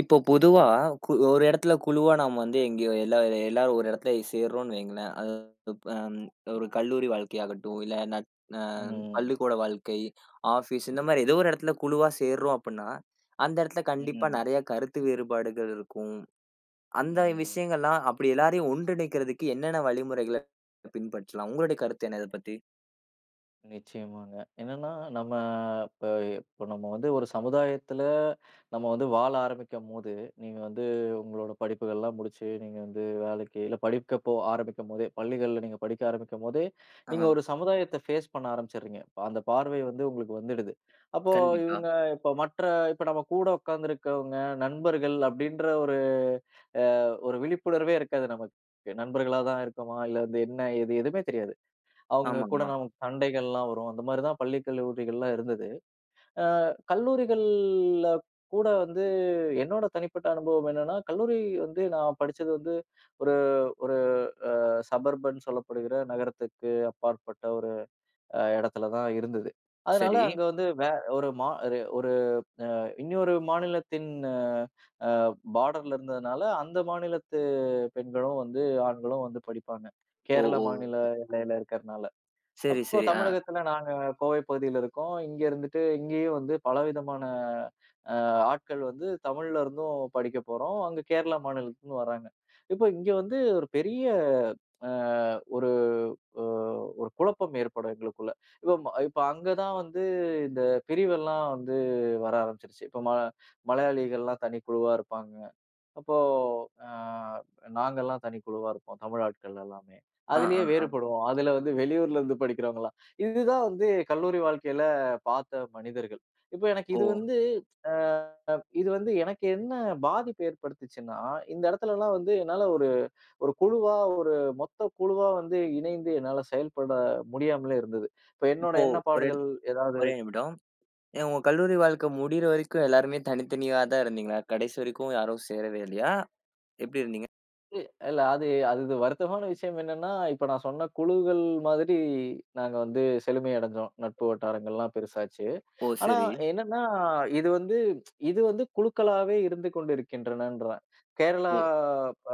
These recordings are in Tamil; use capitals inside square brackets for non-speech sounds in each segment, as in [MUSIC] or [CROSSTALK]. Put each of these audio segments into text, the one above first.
இப்போ பொதுவா, ஒரு இடத்துல குழுவா நாம வந்து எங்கேயோ எல்லாரும் ஒரு இடத்துல சேர்றோம்ன்னு வையுங்களேன். அது அம் ஒரு கல்லூரி வாழ்க்கையாகட்டும், இல்ல நட் அ ம். பள்ளிக்கூட வாழ்க்கை, ஆஃபீஸ் இந்த மாரி ஏதோ ஒரு இடத்துல குழுவா சேர்றோம் அப்டின்னா, அந்த இடத்துல கண்டிப்பா ம். நெறைய கருத்து வேறுபாடுகள் இருக்கும். அந்த ம். விஷயங்கள்லாம் அப்படி எல்லாரையும் ஒன்றிணைக்கிறதுக்கு என்னென்ன வழிமுறைகள பின்பற்றலாம்? உங்களுடைய கருத்து என்ன இத பத்தி? நிச்சயமாங்க. என்னன்னா, நம்ம இப்ப இப்ப நம்ம வந்து ஒரு சமுதாயத்துல நம்ம வந்து வாழ ஆரம்பிக்கும்போது, நீங்க வந்து உங்களோட படிப்புகள்லாம் முடிச்சு, நீங்க வந்து வேலைக்கு இல்ல படிக்க போ ஆரம்பிக்கும்போதே, பள்ளிகள்ல நீங்க படிக்க ஆரம்பிக்கும்போதே, ஆ, நீங்க ஒரு சமுதாயத்த ஃபேஸ் பண்ண ஆரம்பிச்சுடுறீங்க. அந்த பார்வை வந்து உங்களுக்கு வந்துடுது. அப்போ கண்டிப்பா. இவங்க இப்ப மற்ற இப்ப நம்ம கூட உட்கார்ந்திருக்கவங்க, நண்பர்கள் அப்படின்ற ஒரு அ ஒரு விழிப்புணர்வே இருக்காது நமக்கு. நண்பர்களா தான் இருக்கோமா? இல்ல வந்து என்ன? ஏது? எதுவுமே தெரியாது. அவங்க கூட ஆமாமா. நமக்கு சண்டைகள்லாம் வரும். அந்த மாரி தான் பள்ளி, கல்லூரிகள்லாம் இருந்தது. அ கல்லூரிகள்ல கூட வந்து என்னோட தனிப்பட்ட அனுபவம் என்னன்னா, கல்லூரி வந்து நான் படிச்சது வந்து ஒரு ஒரு சபர்பன் சொல்லப்படுகிற நகரத்துக்கு அப்பாற்பட்ட ஒரு இடத்துல தான் இருந்தது. அதனால சரி. அங்க வந்து வே ஒரு மா ஒரு ஒரு இன்னொரு மாநிலத்தின் அ பார்டர்ல இருந்ததுனால, அந்த மாநிலத்து பெண்களும் வந்து, ஆண்களும் வந்து படிப்பாங்க. ஓ! கேரள மாநில ஓ! எல்லையில இருக்கிறனால. சரி, அப்போ சரி. ஆ. தமிழகத்துல நாங்க கோவை பகுதியில இருக்கோம். இங்க இருந்துட்டு இங்கேயும் வந்து பலவிதமான அ ஆட்கள் வந்து தமிழ்ல இருந்தும் படிக்க போறோம். அங்க கேரளா மாநிலத்துலருந்து வராங்க. இப்போ இங்க வந்து ஒரு பெரிய அ ஒரு அ ஒரு குழப்பம் ஏற்படும் எங்களுக்குள்ள. இப்போ அங்க தான் வந்து இந்த பிரிவெல்லாம் வந்து வர ஆரம்பிச்சுருச்சு. இப்போ ம மலையாளிகள்லாம் தனி குழுவா இருப்பாங்க. அப்போ அ நாங்கலாம் தனி குழுவா இருப்போம். தமிழ் ஆட்கள் எல்லாமே. ஆ, ஆ, அதிலேயே ஆ. வேறுபடுவோம். அதில வந்து வெளியூர்ல இருந்து படிக்கிறவங்கலாம். இதுதான் வந்து கல்லூரி வாழ்க்கையில பார்த்த மனிதர்கள். இப்போ எனக்கு ஓ! இது வந்து அ இது வந்து எனக்கு என்ன பாதிப்பு ஏற்படுத்துச்சுன்னா, இந்த இடத்துலலாம் வந்து என்னால ஒரு ஒரு குழுவா ஒரு மொத்த குழுவா வந்து இணைந்து என்னால செயல்பட முடியாமலே இருந்தது. இப்போ என்னோட இப்போ ஒரு எண்ணப்பாடுகள் ஏதாவது ஒரே நிமிடம். ஏன் உங்க கல்லூரி வாழ்க்கை முடியிற வரைக்கும் எல்லாருமே தனித்தனியா தான் இருந்தீங்களா? கடைசி வரைக்கும் யாரும் சேரவே இல்லையா? எப்படி இருந்தீங்க? இல்ல. அது அது வருத்தமான விஷயம் என்னன்னா, இப்ப நான் சொன்ன குழுக்கள் மாதிரி நாங்க வந்து செழுமை அடைஞ்சோம். நட்பு வட்டாரங்கள்லாம் பெருசாச்சு. ஓ! ஆனா சரி. என்னன்னா, இது வந்து இது வந்து குழுக்களாவே இருந்து கொண்டிருக்கின்றனன்றேன். கேரளா ஓ!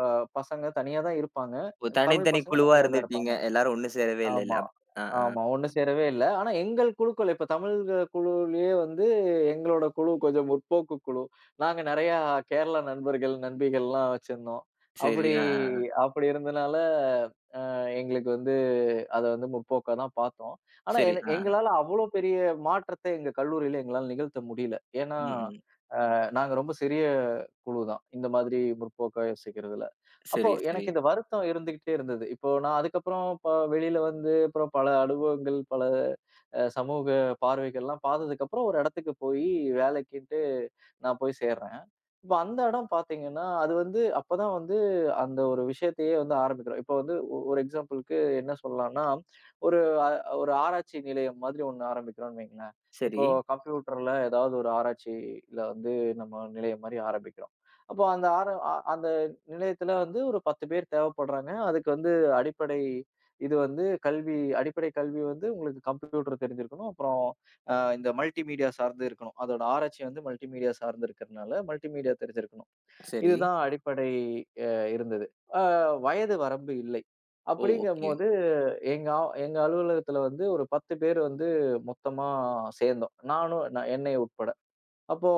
அ பசங்க தனியா தான் இருப்பாங்க. ஓ! தமிழ் தனித்தனி பசங்க குழுவா தனியா தான் இருந்துட்டீங்க. இருப்பாங்க. எல்லாரும் ஒண்ணு சேரவே இல்லல்ல. ஆமா, ஆ, ஆ. ஆமா. ஒண்ணு சேரவே இல்ல. ஆனா எங்கள் குழுக்கள் இப்ப தமிழ் குழுவிலேயே வந்து எங்களோட குழு கொஞ்சம் முற்போக்கு குழு. நாங்க நெறையா கேரளா நண்பர்கள், நண்பிகள்லாம் வச்சிருந்தோம். சரி. அப்படி ஆ, ஆ, ஆ. அப்படி இருந்தனால எங்களுக்கு வந்து அத வந்து முற்போக்கா தான் பார்த்தோம். ஆனா சரி. ஆ, ஆ. எங்களால அவ்வளோ பெரிய மாற்றத்த எங்க கல்லூரியில எங்களால நிகழ்த்த முடியல. ஏன்னா, ம், ம். நாங்க ரொம்ப சிறிய குழுதான். இந்த மாதிரி முற்போக்கா யோசிக்கிறதுல. அப்போ சரி, சரி. எனக்கு இந்த வருத்தம் இருந்துகிட்டே இருந்தது. இப்போ நான் அதுக்கப்புறம் வெளியில வந்து அப்புறம் பல அனுபவங்கள், பல சமூக பார்வைகள்லாம் பார்த்ததுக்கப்புறம் ஒரு இடத்துக்கு போயி வேலைக்கின்ட்டு நான் போய் சேர்றேன். இப்ப அந்த இடம் பார்த்தீங்கன்னா, அது வந்து அப்பதான் வந்து அந்த ஒரு விஷயத்தையே வந்து ஆரம்பிக்கிறோம். இப்ப வந்து ஒரு எக்ஸாம்பிள்க்கு என்ன சொல்லலாம்னா, ஒரு அ ஒரு ஆராய்ச்சி நிலையம் மாதிரி ஒண்ணு ஆரம்பிக்கிறோம்னு வைங்களேன். இப்போ சரி, கம்ப்யூட்டர்ல ஏதாவது ஒரு ஆராய்ச்சியில வந்து நம்ம நிலையம் மாரி ஆரம்பிக்கிறோம். அப்போ அந்த ஆர அ அந்த நிலையத்துல வந்து ஒரு 10 பேர் தேவைப்படுறாங்க. அதுக்கு வந்து அடிப்படை இது வந்து கல்வி அடிப்படை கல்வி வந்து உங்களுக்கு கம்ப்யூட்டர் தெரிஞ்சிருக்கணும். அப்புறம் இந்த மல்டிமீடியா சார்ந்து இருக்கணும். அதோட ஆராய்ச்சி வந்து மல்டிமீடியா சார்ந்து இருக்கிறனால, மல்டிமீடியா தெரிஞ்சிருக்கணும். சரி. இதுதான் அடிப்படை அ இருந்தது. அ வயது வரம்பு இல்லை. ஓ! ஓகே. அப்படிங்கும்போது எங்க அலுவலகத்துல வந்து ஒரு 10 பேர் வந்து மொத்தமா சேர்ந்தோம். நானும் என்னை உட்பட. அப்போ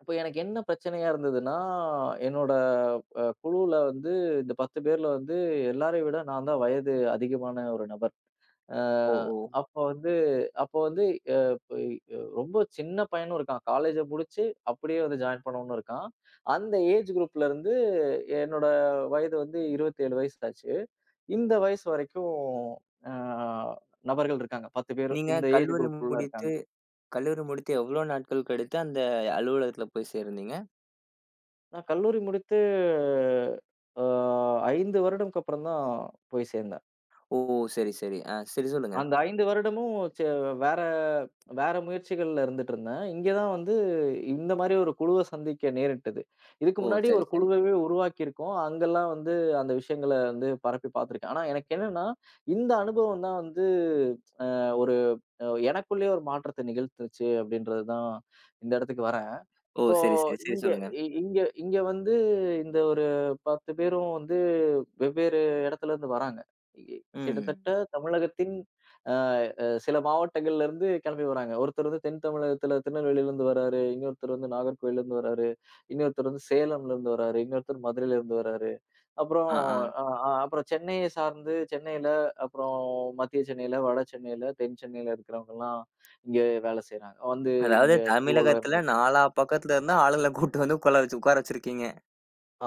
அப்போ எனக்கு என்ன பிரச்சனையா இருந்ததுன்னா, என்னோட குழுவுல வந்து இந்த 10 பேர்ல வந்து எல்லாரையும் விட நான் தான் வயது அதிகமான ஒரு நபர். அ ஓ! ஓ! அப்போ வந்து அப்போ வந்து இப்ப ரொம்ப சின்ன பையனும் இருக்கான். காலேஜ முடிச்சு அப்படியே வந்து ஜாயின் பண்ணவனும் இருக்கான். அந்த ஏஜ் குரூப்ல இருந்து என்னோட வயது வந்து 27 வயசு ஆச்சு. இந்த வயசு வரைக்கும் அ நபர்கள் இருக்காங்க. 10 பேர் நீங்க இந்த ஏஜ் கல்லூரி குரூப் ஃபுல்லா முடித்து இருக்காங்க. எவ்வளோ நாட்கள் கழித்து அந்த அலுவலகத்துல போய் சேர்ந்தீங்க? நான் கல்லூரி முடித்து அ 5 வருடம்க்கு அப்புறம் தான் போய் சேர்ந்தேன். ஓ! சரி, சரி. ஆ, சரி சொல்லுங்க. அந்த 5 வருடமும் வேற வேற முயற்சிகள்ல இருந்துட்டுருந்தேன். இங்க தான் வந்து இந்த மாரி ஒரு குழுவ சந்திக்க நேரிட்டது. இதுக்கு ஓ! முன்னாடி சரி, ஒரு சரி. குழுவவே உருவாக்கியிருக்கோம். அங்கலாம் வந்து அந்த விஷயங்கள வந்து பரப்பி பார்த்துருக்கேன். ஆனா எனக்கு என்னன்னா, இந்த அனுபவம் தான் வந்து ஒரு எனக்குள்ளேயே ஒரு மாற்றத்த நிகழ்த்துச்சு அப்படின்றது தான் இந்த இடத்துக்கு வரேன். ஓ! இப்போ சரி, சரி, சரி இங்க சொல்லுங்க. இ இங்க இங்க வந்து இந்த ஒரு 10 பேரும் வந்து வெவ்வேறு இடத்துல இருந்து வராங்க. இ ம். கிட்டத்தட்ட தமிழகத்தின் அ அ சில மாவட்டங்கள்ல இருந்து கிளம்பி வராங்க. ஒருத்தர் வந்து தென் தமிழகத்துல திருநெல்வேலியிலருந்து வராரு, இன்னொருத்தர் வந்து நாகர்கோயிலருந்து வராரு, இன்னொருத்தர் வந்து சேலம்லருந்து வராரு, இன்னொருத்தர் மதுரையிலருந்து வராரு. அப்புறம் ஆ, ஆ. அ அ அப்புறம் சென்னைய சார்ந்து சென்னையில, அப்புறம் மத்திய சென்னையில, வட சென்னையில, தென் சென்னையில இருக்கிறவங்கலாம் இங்க வேலை செய்றாங்க. வந்து அதாவது இங்க குழுவோல தமிழகத்துல இருந்திருக்காங்க. நாலா பக்கத்துல இருந்து ஆளுங்கள கூட்டு வந்து உட்கார வச்சிருக்கீங்க.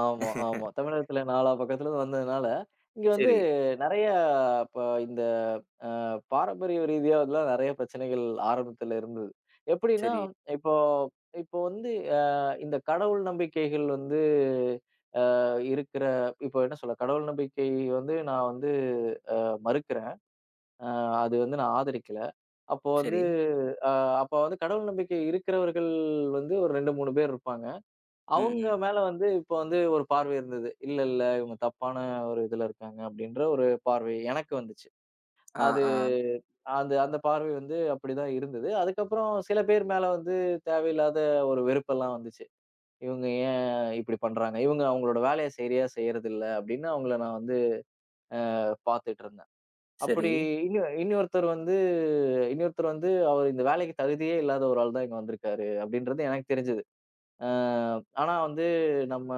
ஆமா, ஆமா. தமிழகத்துல நாலா பக்கத்துலருந்து வந்ததுனால, இங்க வந்து சரி, நெறைய இப்ப இந்த பாரம்பரிய ரீதியா இதெல்லாம் நெறைய பிரச்சனைகள் ஆரம்பத்துல இருந்தது. எப்படின்னா, சரி, இப்போ இப்போ வந்து அ இந்த கடவுள் நம்பிக்கைகள் வந்து இருக்கிற இப்போ என்ன சொல்ல? கடவுள் நம்பிக்கை வந்து நான் வந்து மறுக்கிறேன். அ அது வந்து நான் ஆதரிக்கல. அப்போ வந்து சரி. அ அப்போ வந்து கடவுள் நம்பிக்கை இருக்கிறவர்கள் வந்து ஒரு 2, 3 பேர் இருப்பாங்க. ம், அவங்க ம். மேல வந்து இப்ப வந்து ஒரு பார்வை இருந்தது. இல்ல, இல்ல இவங்க தப்பான ஒரு இதுல இருக்காங்க அப்படின்ற ஒரு பார்வை எனக்கு வந்துச்சு. ஆ, அது ஆ. அந்த அந்த பார்வை வந்து அப்படிதான் இருந்தது. அதுக்கப்புறம் சில பேர் மேல வந்து தேவையில்லாத ஒரு வெறுப்பெல்லாம் வந்துச்சு. இவங்க ஏன் இப்படி பண்றாங்க? இவங்க அவங்களோட வேலைய சரியா செய்யறதில்ல அப்படின்னு அவங்கள நான் வந்து பார்த்துட்டு இருந்தேன். சரி, அப்படி இன்னு இன்னொருத்தர் வந்து அவர் இந்த வேலைக்கு தகுதியே இல்லாத ஒரு ஆள் தான் இங்க வந்திருக்காரு அப்படின்றது எனக்கு தெரிஞ்சது. அ ஆனா வந்து நம்ம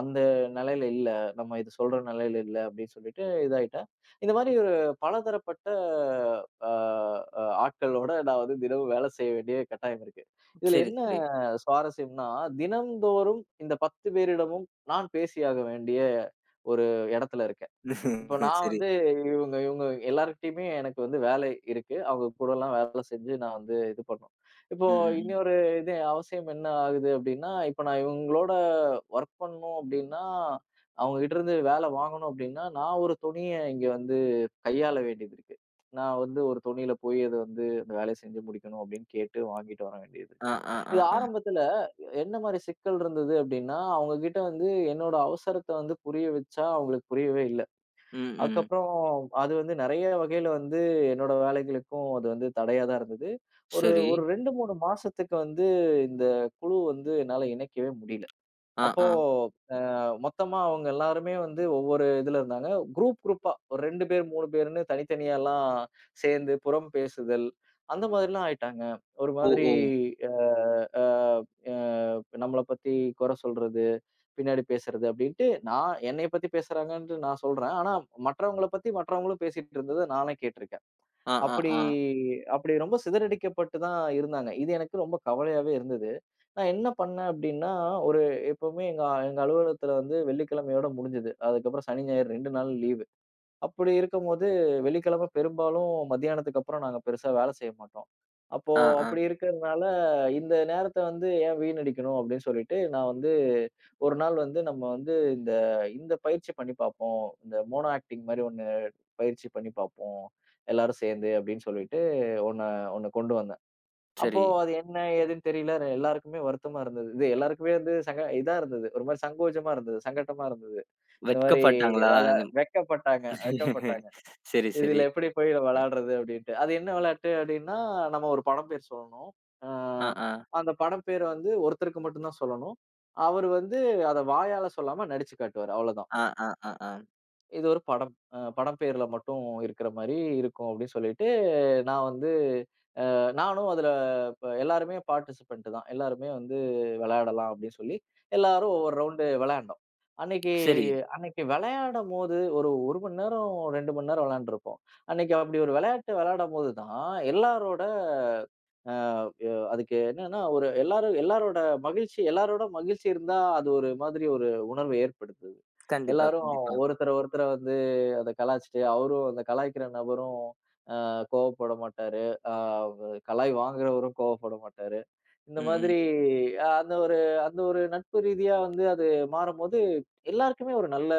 அந்த நிலையில இல்ல. நம்ம இது சொல்ற நிலையில இல்ல அப்படின்னு சொல்லிட்டு இதாயிட்டேன். இந்த மாரி ஒரு பலதரப்பட்ட அ அ ஆட்களோட நான் வந்து தினமும் வேலை செய்ய வேண்டிய கட்டாயம் இருக்கு. இதுல சரி, என்ன சரி. சுவாரஸ்யம்னா, தினம்தோறும் இந்த 10 பேரிடமும் நான் பேசியாக வேண்டிய ஒரு இடத்துல இருக்கேன். இப்போ [LAUGHS] நான் சரி. வந்து இவங்க இவங்க எல்லார்கிட்டயுமே எனக்கு வந்து வேலை இருக்கு. அவங்க கூடலாம் வேலை செஞ்சு நான் வந்து இது பண்ணணும். இப்போ ம், ம், ம். இன்னொரு இது அவசியம் என்ன ஆகுது அப்டின்னா, இப்போ நான் இவங்களோட ஒர்க் பண்ணணும் அப்டின்னா, அவங்ககிட்ட இருந்து வேலை வாங்கணும் அப்டின்னா, நான் ஒரு துணிய இங்க வந்து கையாள வேண்டியது இருக்கு. நான் வந்து ஒரு துணியில போய் அத வந்து அந்த வேலைய செஞ்சு முடிக்கணும் அப்டின்னு கேட்டு வாங்கிட்டு வர வேண்டியது ஆ, இருக்கு. ஆ, ஆ, இது ஆ. ஆரம்பத்துல என்ன மாரி சிக்கல் இருந்தது அப்டின்னா, அவங்க கிட்ட வந்து என்னோட அவசரத்த வந்து புரிய வச்சா அவங்களுக்கு புரியவே இல்ல. ம், ம். அதுக்கப்புறம் அது வந்து நெறைய வகையில வந்து என்னோட வேலைகளுக்கும் அது வந்து தடையா தான் இருந்தது. ஒரு சரி. ஒரு 2, 3 மாசத்துக்கு வந்து இந்த குழு வந்து என்னால இணைக்கவே முடியல. ஆ, அப்போ ஆ. மொத்தமா அவங்க எல்லாருமே வந்து ஒவ்வொரு இதுல இருந்தாங்க. குரூப் குரூப்பா ஒரு 2 பேர், 3 பேருன்னு தனித்தனியாலாம் சேர்ந்து புறம் பேசுதல், அந்த மாதிரிலாம் ஆயிட்டாங்க. ஒரு ஓ, மாதிரி ஓ. அ அ அ நம்மள பத்தி குறை சொல்றது, பின்னாடி பேசுறது அப்படின்ட்டு நான் என்னைய பத்தி பேசுறாங்கன்ட்டு நான் சொல்றேன். ஆனா மற்றவங்கள பத்தி மற்றவங்களும் பேசிட்டு இருந்தத நானே கேட்டிருக்கேன். ஆ, ஆ, அப்படி ஆ. அப்படி ரொம்ப சிதறடிக்கப்பட்டு தான் இருந்தாங்க. இது எனக்கு ரொம்ப கவலையாவே இருந்தது. நான் என்ன பண்ணேன் அப்படின்னா, ஒரு எப்பவுமே எங்க எங்க அலுவலகத்துல வந்து வெள்ளிக்கிழமையோட முடிஞ்சது. அதுக்கப்புறம் சனி, ஞாயிறு 2 நாள் லீவு. அப்படி இருக்கும்போது, வெள்ளிக்கிழமை பெரும்பாலும் மத்தியானத்துக்கு அப்புறம் நாங்க பெருசா வேலை செய்ய மாட்டோம். அப்போ ஆ, ஆ. அப்படி இருக்கிறதுனால, இந்த நேரத்த வந்து ஏன் வீணடிக்கணும் அப்படின்னு சொல்லிட்டு, நான் வந்து ஒரு நாள் வந்து நம்ம வந்து இந்த இந்த பயிற்சி பண்ணி பார்ப்போம். இந்த மோனோ ஆக்டிங் மாரி ஒண்ணு பயிற்சி பண்ணி பார்ப்போம். எல்லாரும் சேர்ந்து அப்படின்னு சொல்லிட்டு, ஒண்ணு ஒண்ணு கொண்டு வந்தாங்க. அப்போ சரி. அது என்ன ஏதுன்னு தெரியல. எல்லாருக்குமே வருத்தமா இருந்தது. இது எல்லாருக்குமே வந்து சங்க இதா இருந்தது. ஒரு மாரி சங்கோஜமா இருந்தது. சங்கட்டமா இருந்தது. இந்த மாரி வெட்கப்பட்டாங்களா? வெளா அது வெட்கப்பட்டாங்க [LAUGHS] வெட்கப்பட்டாங்க. சரி, சரி. "இதுல எப்படி போய் வெளையாடுறது?" அப்படின்ட்டு. அது என்ன வெளையாட்டு அப்படின்னா, நம்ம ஒரு படம் பேர் சொல்லணும். அ ஆ, ஆ. அந்த படம் பேர வந்து ஒருத்தருக்கு மட்டும் தான் சொல்லணும். அவரு வந்து அத வாயால சொல்லாம நடிச்சு காட்டுவாரு. அவ்வளதான். ஆ, ஆ, ஆ, ஆ. இது ஒரு படம். படம் பேர்ல மட்டும் இருக்கிற மாரி இருக்கும் அப்படின்னு சொல்லிட்டு, நான் வந்து நானும் அதுல இப்ப எல்லாருமே பார்ட்டிசிபெண்ட் தான். எல்லாருமே வந்து விளையாடலாம் அப்படின்னு சொல்லி, எல்லாரும் ஒவ்வொரு ரவுண்டு விளையாண்டோம். அன்னைக்கு சரி. அன்னைக்கு விளையாடம்போது ஒரு 1 மணி நேரம், 2 மணி நேரம் விளையாண்டுருப்போம். அன்னைக்கு அப்படி ஒரு விளையாட்டு விளையாடம்போது தான் எல்லாரோட அ ய அதுக்கு என்னன்னா, ஒரு எல்லாரும் எல்லாரோட மகிழ்ச்சி இருந்தா அது ஒரு மாதிரி ஒரு உணர்வு ஏற்படுத்துது. கண்டிப்பா, எல்லாரும் கண்டிப்பா. ஒருத்தர ஒருத்தர வந்து அத கலாய்ச்சுட்டு, அவரும் அந்த கலாய்க்கிற நபரும் கோவப்பட மாட்டாரு. அ கலாய் வாங்குறவரும் கோவப்பட மாட்டாரு. இந்த ம், ம். மாதிரி அ அந்த ஒரு அந்த ஒரு நட்பு ரீதியா வந்து அது மாறும்போது, எல்லாருக்குமே ஒரு நல்ல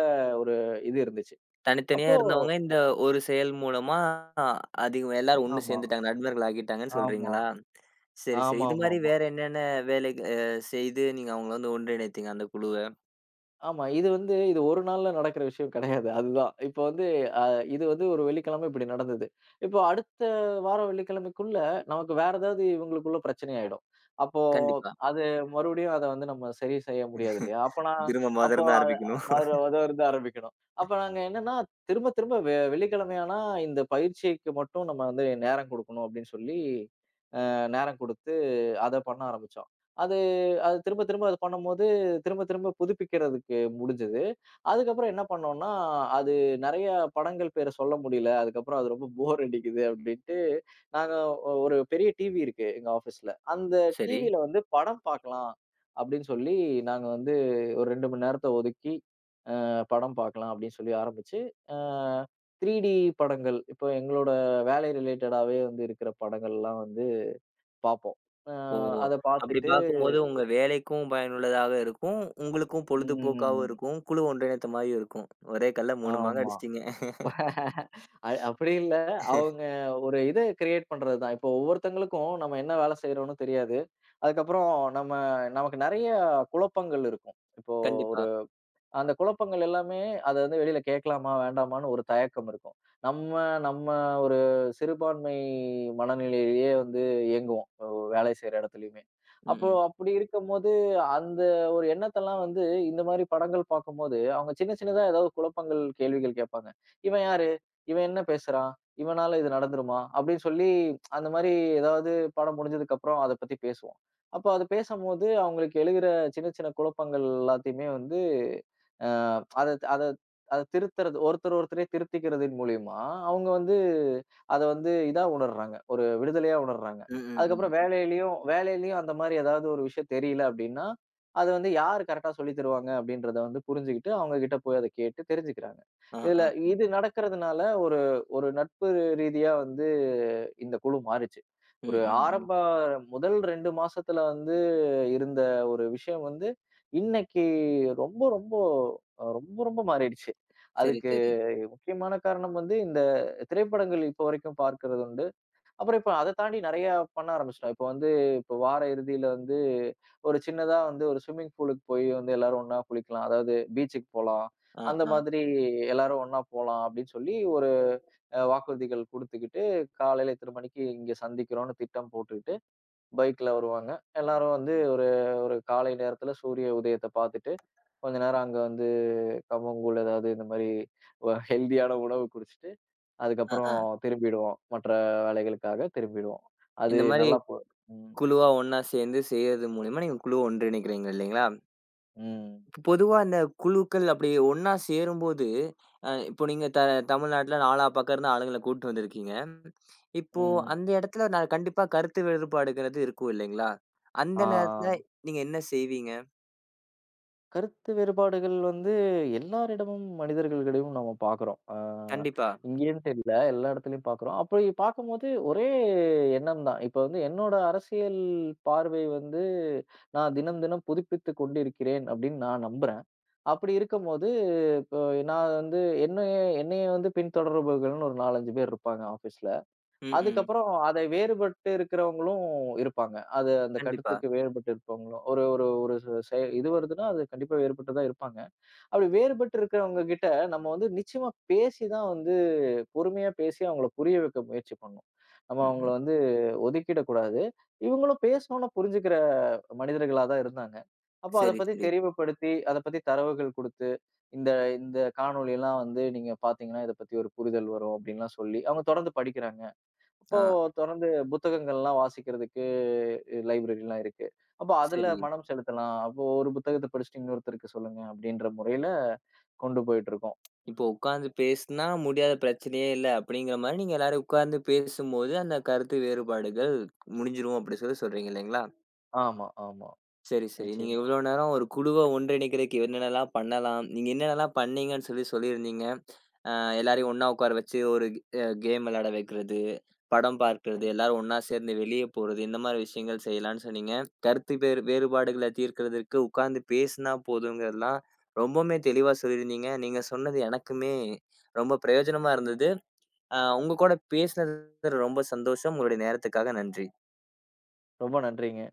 ஒரு இது இருந்துச்சு. தனித்தனியா அப்போ இருந்தவங்க, இந்த ஒரு செயல் மூலமா அதிகம் எல்லாரும் ஒண்ணு ஆமா, சேர்ந்துட்டாங்க. நண்பர்கள் ஆகிட்டாங்கன்னு ஆமா. சொல்றீங்களா? சரி, சரி. இது ஆமாமாமா. ஆமா. மாரி ஆமா வேற என்னென்ன வேலைக அ செய்து நீங்க அவங்கள வந்து ஒன்றிணைத்தீங்க அந்த குழுவ? ஆமா இது வந்து இது ஒரு நாள்ல நடக்கிற விஷயம் கிடையாது. அதுதான். இப்போ வந்து அ இது வந்து ஒரு வெள்ளிக்கிழமை இப்படி நடந்தது. இப்போ அடுத்த வாரம் வெள்ளிக்கிழமைக்குள்ள நமக்கு வேற ஏதாவது இவங்களுக்குள்ள பிரச்சனை ஆயிடும். அப்போ கண்டிப்பா. அது மறுபடியும் அத வந்து நம்ம சரி செய்ய முடியாது இல்லையா? அப்ப நான் திரும்ப அப்போ மொதலிருந்து அத ஆரம்பிக்கணும். முதலிருந்து ஆரம்பிக்கணும். அப்ப நாங்க என்னன்னா, திரும்ப திரும்ப வெள்ளிக்கிழமை ஆனா இந்த பயிற்சிக்கு மட்டும் நம்ம வந்து நேரம் குடுக்கணும் அப்படின்னு சொல்லி, நேரம் குடுத்து அத பண்ண ஆரம்பிச்சோம். அது அது திரும்ப திரும்ப அது பண்ணும்போது, திரும்ப திரும்ப புதுப்பிக்கிறதுக்கு முடிஞ்சது. அதுக்கப்புறம் என்ன பண்ணோம்னா, அது நெறைய படங்கள் பேர சொல்ல முடியல. அதுக்கப்புறம் அது ரொம்ப போர் அடிக்குது அப்படின்ட்டு, நாங்க ஒரு பெரிய டிவி இருக்கு எங்க ஆஃபீஸ்ல. அந்த சரி. டிவில வந்து படம் பார்க்கலாம் அப்படின்னு சொல்லி, நாங்க வந்து ஒரு 2 மணி நேரத்த ஒதுக்கி, படம் பார்க்கலாம் அப்படின்னு சொல்லி ஆரம்பிச்சு, அ 3D படங்கள் இப்போ எங்களோட வேலை ரிலேட்டடாவே வந்து இருக்கிற படங்கள்லாம் வந்து பார்ப்போம். அ ஓ! அத அப்படி பார்த்துட்டு பார்க்கும்போது உங்க வேலைக்கும் பயனுள்ளதாக இருக்கும். உங்களுக்கும் பொழுதுபோக்காவும் ம். இருக்கும். குழு ஒன்றிணைத்த மாரியும் இருக்கும். ஒரே கல்ல 3 மாங்கா ஆமா. அடிச்சிட்டீங்க. அப்படி இல்ல. அவங்க ஒரு இத கிரியேட் பண்றது தான். இப்போ ஒவ்வொருத்தங்களுக்கும் நம்ம என்ன வேலை செய்றோம்னு தெரியாது. அதுக்கப்புறம் நம்ம நமக்கு நெறைய குழப்பங்கள் இருக்கும். இப்போ கண்டிப்பா. அந்த குழப்பங்கள் எல்லாமே அத வந்து வெளியில கேட்கலாமா? வேண்டாமான்னு ஒரு தயக்கம் இருக்கும். நம்ம நம்ம ஒரு சிறுபான்மை மனநிலையிலேயே வந்து இயங்குவோம். வேலை செய்ற இடத்துலயுமே. ம், அப்போ ம். அப்படி இருக்கும்போது, அந்த ஒரு எண்ணத்தெல்லாம் வந்து இந்த மாரி படங்கள் பார்க்கும்போது, அவங்க சின்ன சின்னதா ஏதாவது குழப்பங்கள், கேள்விகள் கேட்பாங்க. "இவன் யாரு? இவன் என்ன பேசுறான்? இவனால இது நடந்துருமா?" அப்படின்னு சொல்லி அந்த மாரி ஏதாவது படம் முடிஞ்சதுக்கு அப்புறம் அத பத்தி பேசுவோம். அப்போ அது பேசம்போது, அவங்களுக்கு எழுகிற சின்ன சின்ன குழப்பங்கள் எல்லாத்தையுமே வந்து அ அத அத அத திருத்துறது ஒருத்தர் ஒருத்தரே திருத்திக்கிறதின் மூலியமா, அவங்க வந்து அத வந்து இதா உணர்றாங்க. ஒரு விடுதலையா உணர்றாங்க. ம், ம், அதுக்கப்புறம் ம். வேலையிலயும் வேலையிலயும் அந்த மாரி ஏதாவது ஒரு விஷயம் தெரியல அப்படின்னா, அத வந்து யார் கரெக்ட்டா சொல்லி தருவாங்க அப்படின்றத வந்து புரிஞ்சுகிட்டு, அவங்க கிட்ட போய் அத கேட்டு தெரிஞ்சுக்கிறாங்க. ஆ, இதுல ஆ, ஆ. இது நடக்கிறதுனால ஒரு ஒரு நட்பு ரீதியா வந்து இந்த குழு மாறுச்சு. ம், ஒரு ம், ம். ஆரம்ப முதல் 2 மாசத்துல வந்து இருந்த ஒரு விஷயம் வந்து, இன்னைக்கு ரொம்ப ரொம்ப ரொம்ப ரொம்ப மாறிடுச்சு. சரி, அதுக்கு சரி. முக்கியமான காரணம் வந்து இந்த திரைப்படங்கள் இப்ப வரைக்கும் பார்க்கிறது உண்டு. அப்புறம் இப்ப அத தாண்டி நெறையா பண்ண ஆரம்பிச்சுட்டோம். இப்ப வார இறுதியில வந்து ஒரு சின்னதா வந்து ஒரு ஸ்விம்மிங் பூலுக்கு போய் வந்து எல்லாரும் ஒண்ணா குளிக்கலாம். அதாவது பீச்சுக்கு போலாம். ஆ, அந்த ஆ. மாதிரி எல்லாரும் ஒண்ணா போலாம் அப்படின்னு சொல்லி ஒரு வாக்குறுதிகள் குடுத்துக்கிட்டு, காலையில இத்தன மணிக்கு இங்க சந்திக்கிறோம்னு திட்டம் போட்டு பைக்ல வருவாங்க. எல்லாரும் வந்து ஒரு ஒரு காலை நேரத்துல சூரிய உதயத்த பார்த்துட்டு, கொஞ்ச நேரம் அங்க வந்து கம்பங்கூழ் ஏதாவது இந்த மாரி ஹெல்தியான உணவு குடிச்சிட்டு, ஆ, அதுக்கப்புறம் ஆ. திரும்பிடுவோம். மற்ற வேலைகளுக்காக திரும்பிடுவோம். அது இந்த மாரி நல்லா ம், குழுவா ஒண்ணா சேர்ந்து செய்றது மூலியமா நீங்க குழுவ ஒன்றிணைக்கிறீங்க இல்லைங்களா? ம், இப்ப பொதுவா அந்த குழுக்கள் அப்படி ஒண்ணா சேரும்போது, இப்போ நீங்க தமிழ்நாட்டுல நாலா பக்கம் இருந்து ஆளுங்கள கூட்டு வந்திருக்கீங்க. இப்போ ம். அந்த இடத்துல நான் கண்டிப்பா கருத்து வேறுபாடுங்கிறது இருக்கும் இல்லைங்களா? அந்த நேரத்துல ஆ. நீங்க என்ன செய்வீங்க? கருத்து வேறுபாடுகள் வந்து எல்லாரிடமும் மனிதர்களிடமும் நம்ம பார்க்குறோம். கண்டிப்பா. இங்கேன்ட்டு இல்ல. எல்லா இடத்துலயும் பார்க்குறோம். அப்படி பார்க்கும்போது ஒரே எண்ணம் தான். இப்ப வந்து என்னோட அரசியல் பார்வை வந்து நான் தினம், தினம் புதுப்பித்துக் கொண்டிருக்கிறேன் அப்படின்னு நான் நம்புறேன். அப்படி இருக்கும்போது இப்போ நான் வந்து என்னைய என்னைய வந்து பின்தொடர்பவர்கள்ன்னு ஒரு 4, 5 பேர் இருப்பாங்க ஆஃபீஸ்ல. ம், ம். அதுக்கப்புறம் அதை வேறுபட்டு இருக்கிறவங்களும் இருப்பாங்க. அது அந்த கண்டிப்பா. கருத்துக்கு வேறுபட்டு இருப்பவங்களும். ஒரு ஒரு ஒரு ச செ இது வருதுன்னா, அது கண்டிப்பா வேறுபட்டு தான் இருப்பாங்க. அப்படி வேறுபட்டு இருக்கிறவங்க கிட்ட நம்ம வந்து நிச்சயமா பேசி தான் வந்து பொறுமையா பேசி அவங்கள புரிய வைக்க முயற்சி பண்ணணும். நம்ம ம், அவங்கள ம். வந்து ஒதுக்கிடக்கூடாது. இவங்களும் பேசணும்னா புரிஞ்சுக்கிற மனிதர்களா தான் இருந்தாங்க. அப்போ அத சரி, பத்தி சரி. தெரிவுபடுத்தி, அத பத்தி தரவுகள் குடுத்து, இந்த இந்த காணொளிலாம் வந்து நீங்க பார்த்தீங்கன்னா, இத பத்தி ஒரு புரிதல் வரும் அப்படின்லாம் சொல்லி அவங்க தொடர்ந்து படிக்கிறாங்க. அப்போ ஆ, தொடர்ந்து புத்தகங்கள்லாம் வாசிக்கிறதுக்கு லைப்ரரிலாம் இருக்கு. அப்போ அதுல சரி. மனம் செலுத்தலாம். அப்போ ஒரு புத்தகத்த படிச்சுட்டு இன்னொருத்தருக்கு சொல்லுங்க அப்படின்ற முறையில கொண்டு போயிட்டுருக்கோம். இப்போ ம். உட்கார்ந்து பேசுனா முடியாத பிரச்சனையே இல்ல அப்படிங்கிற மாரி நீங்க எல்லாரும் உட்கார்ந்து பேசும்போது அந்த கருத்து வேறுபாடுகள் முடிஞ்சிரும் அப்படி சொல்லி சொல்றீங்க இல்லைங்களா? ஆமா, ஆமா. சரி, சரி. நீங்க நிச்சயமா. இவ்ளோ நேரம் ஒரு குழுவா ஒன்றிணைக்கிறதுக்கு என்னென்னலாம் பண்ணலாம்? நீங்க என்னென்னலாம் பண்ணீங்கன்னு சொல்லி சொல்லியிருந்தீங்க. அ எல்லாரையும் ம், ஒண்ணா உட்கார வச்சு ஒரு கேம் விளையாட வைக்கிறது, படம் பார்க்கிறது, ம். எல்லாரும் ஒண்ணா சேர்ந்து வெளிய போறது, இந்த மாரி விஷயங்கள் செய்யலான்னு சொன்னீங்க. கருத்து வேறுபாடுகள தீர்க்கிறதற்கு உட்கார்ந்து பேசினா போதுங்கிறதெல்லாம் ரொம்பவுமே தெளிவா சொல்லியிருந்தீங்க. நீங்க சொன்னது எனக்குமே ரொம்ப பிரயோஜனமா இருந்தது. உங்க கூட பேசினது ரொம்ப சந்தோஷம். உங்களுடைய நேரத்துக்காக நன்றி. ரொம்ப நன்றிங்க.